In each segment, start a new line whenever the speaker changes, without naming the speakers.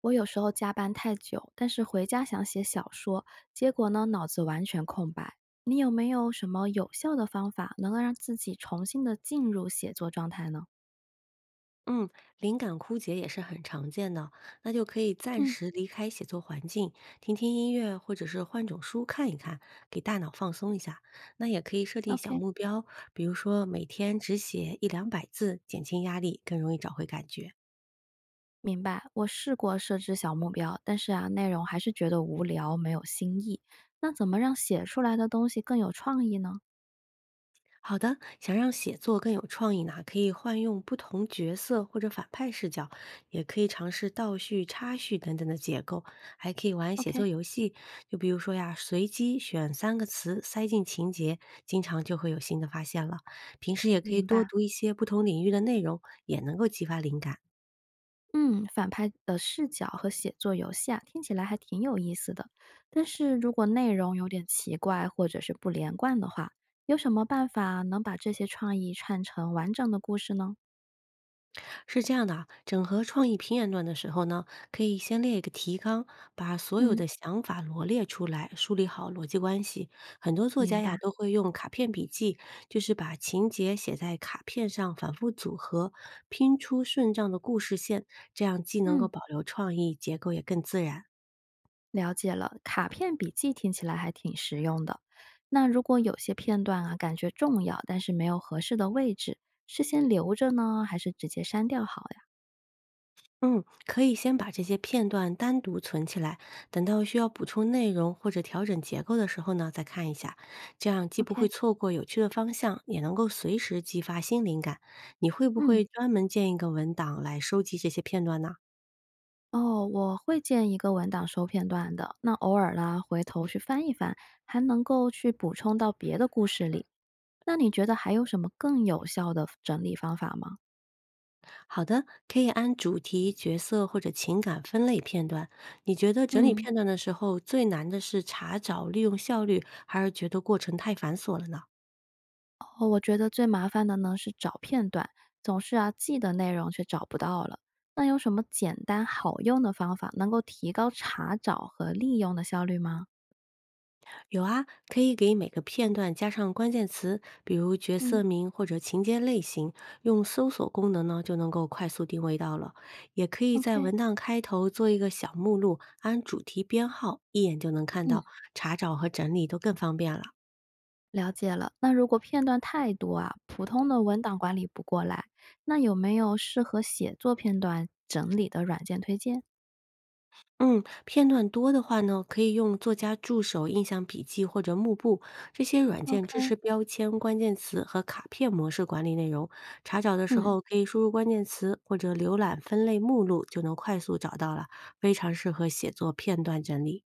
我有时候加班太久，但是回家想写小说，结果呢，脑子完全空白。你有没有什么有效的方法，能够让自己重新的进入写作状态呢？
嗯，灵感枯竭也是很常见的，那就可以暂
嗯，
时离开写作环境，听听音乐，或者是换种书看一看，给大脑放松一下。那也可以设定小
？OK，
目标，比如说每天只写一两百字，减轻压力，更容易找回感觉。
明白。我试过设置小目标，但是啊，内容还是觉得无聊，没有新意。那怎么让写出来的东西更有创意呢
好的，想让写作更有创意呢，可以换用不同角色或者反派视角，也可以尝试倒叙、插叙等等的结构，还可以玩写
？OK，
作游戏，就比如说呀，随机选3个词塞进情节，经常就会有新的发现了。平时也可以
明
多
白。
读一些不同领域的内容，也能够激发灵感。
嗯，反派的视角和写作游戏啊，听起来还挺有意思的。但是如果内容有点奇怪或者是不连贯的话，有什么办法能把这些创意串成完整的故事呢？
是这样的啊，整合创意评演段的时候呢，可以先列一个提纲，把所有
嗯，
的想法罗列出来，梳理好逻辑关系。很多作
明
家呀
白。
都会用卡片笔记，就是把情节写在卡片上，反复组合，拼出顺畅的故事线，这样既能够
嗯，
保留创意，结构也更自然。
了解了。卡片笔记听起来还挺实用的。那如果有些片段啊，感觉重要，但是没有合适的位置，是先留着呢，还是直接删掉好呀
嗯，可以先把这些片段单独存起来，等到需要补充内容或者调整结构的时候呢，再看一下。这样既不会
？OK，
错过有趣的方向，也能够随时激发新灵感。你会不
嗯。
会专门建一个文档来收集这些片段呢？
哦，我会建一个文档收片段的，那偶尔啦，回头去翻一翻，还能够去补充到别的故事里。那你觉得还有什么更有效的整理方法吗？
好的，可以按主题、角色或者情感分类片段。你觉得整理
嗯，
片段的时候最难的是查找利用效率，还是觉得过程太繁琐了呢？
哦，我觉得最麻烦的呢是找片段，总是啊记的内容却找不到了。那有什么简单好用的方法能够提高查找和利用的效率吗？
有啊，可以给每个片段加上关键词，比如角
嗯
色名或者情节类型，用搜索功能呢就能够快速定位到了。也可以在
？OK，
文档开头做一个小目录，按主题编号，一眼就能看
嗯。
到，查找和整理都更方便了。
了解了，那如果片段太多啊，普通的文档管理不过来，那有没有适合写作片段整理的软件推荐
嗯，片段多的话呢，可以用作家助手、印象笔记或者幕布这些软件
？OK，
支持标签、关键词和卡片模式管理内容。查找的时
嗯，
候可以输入关键词或者浏览分类目录，就能快速找到了，非常适合写作片段整理。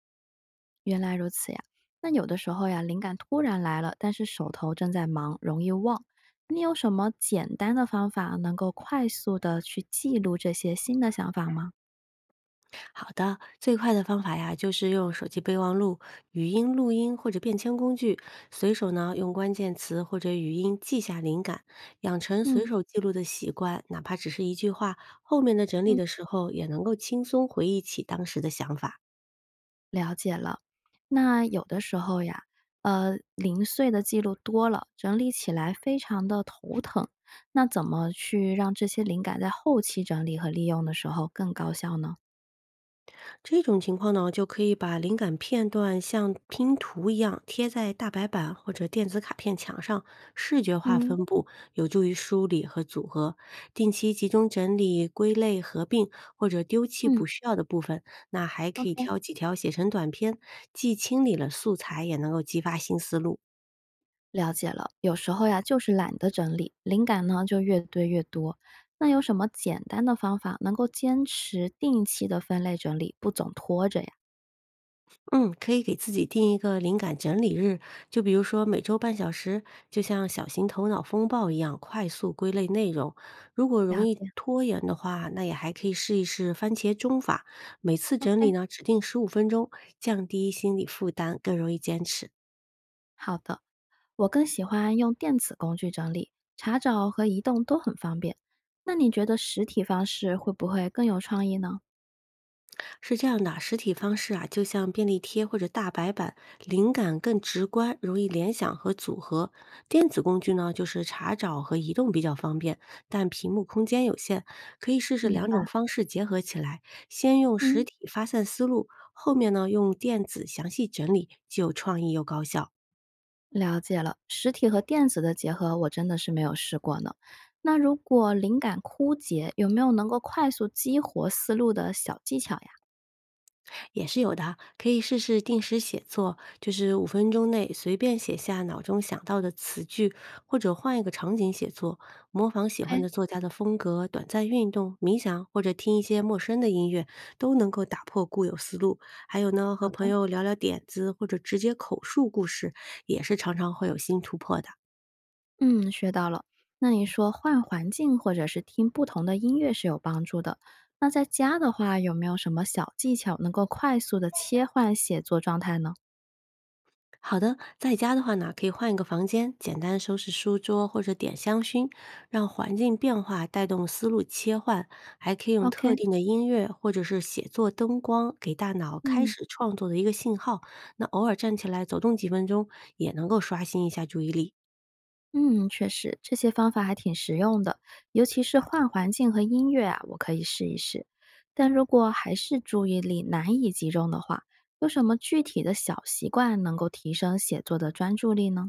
原来如此呀。那有的时候呀，灵感突然来了，但是手头正在忙，容易忘。你有什么简单的方法能够快速的去记录这些新的想法吗？
好的，最快的方法呀，就是用手机备忘录、语音录音或者便签工具，随手呢用关键词或者语音记下灵感，养成
嗯
随
嗯。
手记录的习惯，哪怕只是一句话，后面的整理的时候也能够轻松回忆起当时的想法。
了解了。那有的时候呀，零碎的记录多了，整理起来非常的头疼。那怎么去让这些灵感在后期整理和利用的时候更高效呢？
这种情况呢，就可以把灵感片段像拼图一样贴在大白板或者电子卡片墙上，视觉化
嗯
分布，有助于梳理和组合。定期集中整理、归类、合并或者丢弃
嗯
不需要的部分，那还可以
，OK，
挑几条写成短篇，既清理了素材，也能够激发新思路。
了解了，有时候呀，就是懒得整理，灵感呢就越堆越多。那有什么简单的方法能够坚持定期的分类整理，不总拖着呀？
嗯，可以给自己定一个灵感整理日，就比如说每周半小时，就像小型头脑风暴一样，快速归类内容。如果容
了
易
解
拖延的话，那也还可以试一试番茄钟法，每次整理
，OK，
呢，指定十五分钟，降低心理负担，更容易坚持。
好的。我更喜欢用电子工具整理，查找和移动都很方便。那你觉得实体方式会不会更有创意呢？
是这样的，实体方式啊，就像便利贴或者大白板，灵感更直观，容易联想和组合。电子工具呢，就是查找和移动比较方便，但屏幕空间有限，可以试试
明
两种
白，
方式结合起来，先用实
嗯，
体发散思路，后面呢用电子详细整理，既有创意又高效。
了解了，实体和电子的结合，我真的是没有试过呢。那如果灵感枯竭，有没有能够快速激活思路的小技巧呀？
也是有的啊，可以试试定时写作，就是五分钟内随便写下脑中想到的词句，或者换一个场景写作，模仿
o
喜欢
k
的作家的风格，短暂运动、冥想或者听一些陌生的音乐，都能够打破固有思路。还有呢，
好
和朋
的，
友聊聊点子，或者直接口述故事，也是常常会有新突破的。
嗯，学到了。那你说换环境或者是听不同的音乐是有帮助的。那在家的话，有没有什么小技巧能够快速的切换写作状态呢？
好的，在家的话呢，可以换一个房间，简单收拾书桌或者点香薰，让环境变化带动思路切换。还可以用特
OK，
定的音乐或者是写作灯光，给大脑开
嗯
始创作的一个信号。那偶尔站起来走动几分钟，也能够刷新一下注意力。
嗯，确实，这些方法还挺实用的，尤其是换环境和音乐啊，我可以试一试。但如果还是注意力难以集中的话，有什么具体的小习惯能够提升写作的专注力呢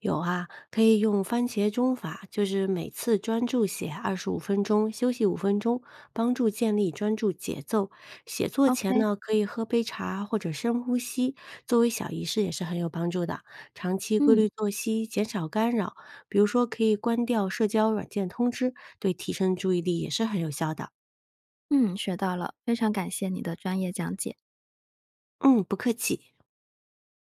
有啊，可以用番茄钟法，就是每次专注写25分钟，休息五分钟，帮助建立专注节奏。写作前
？OK，
呢，可以喝杯茶或者深呼吸，作为小仪式也是很有帮助的。长期规
嗯
律作息，减少干扰，比如说可以关掉社交软件通知，对提升注意力也是很有效的。
嗯，学到了，非常感谢你的专业讲解。
嗯，不客气。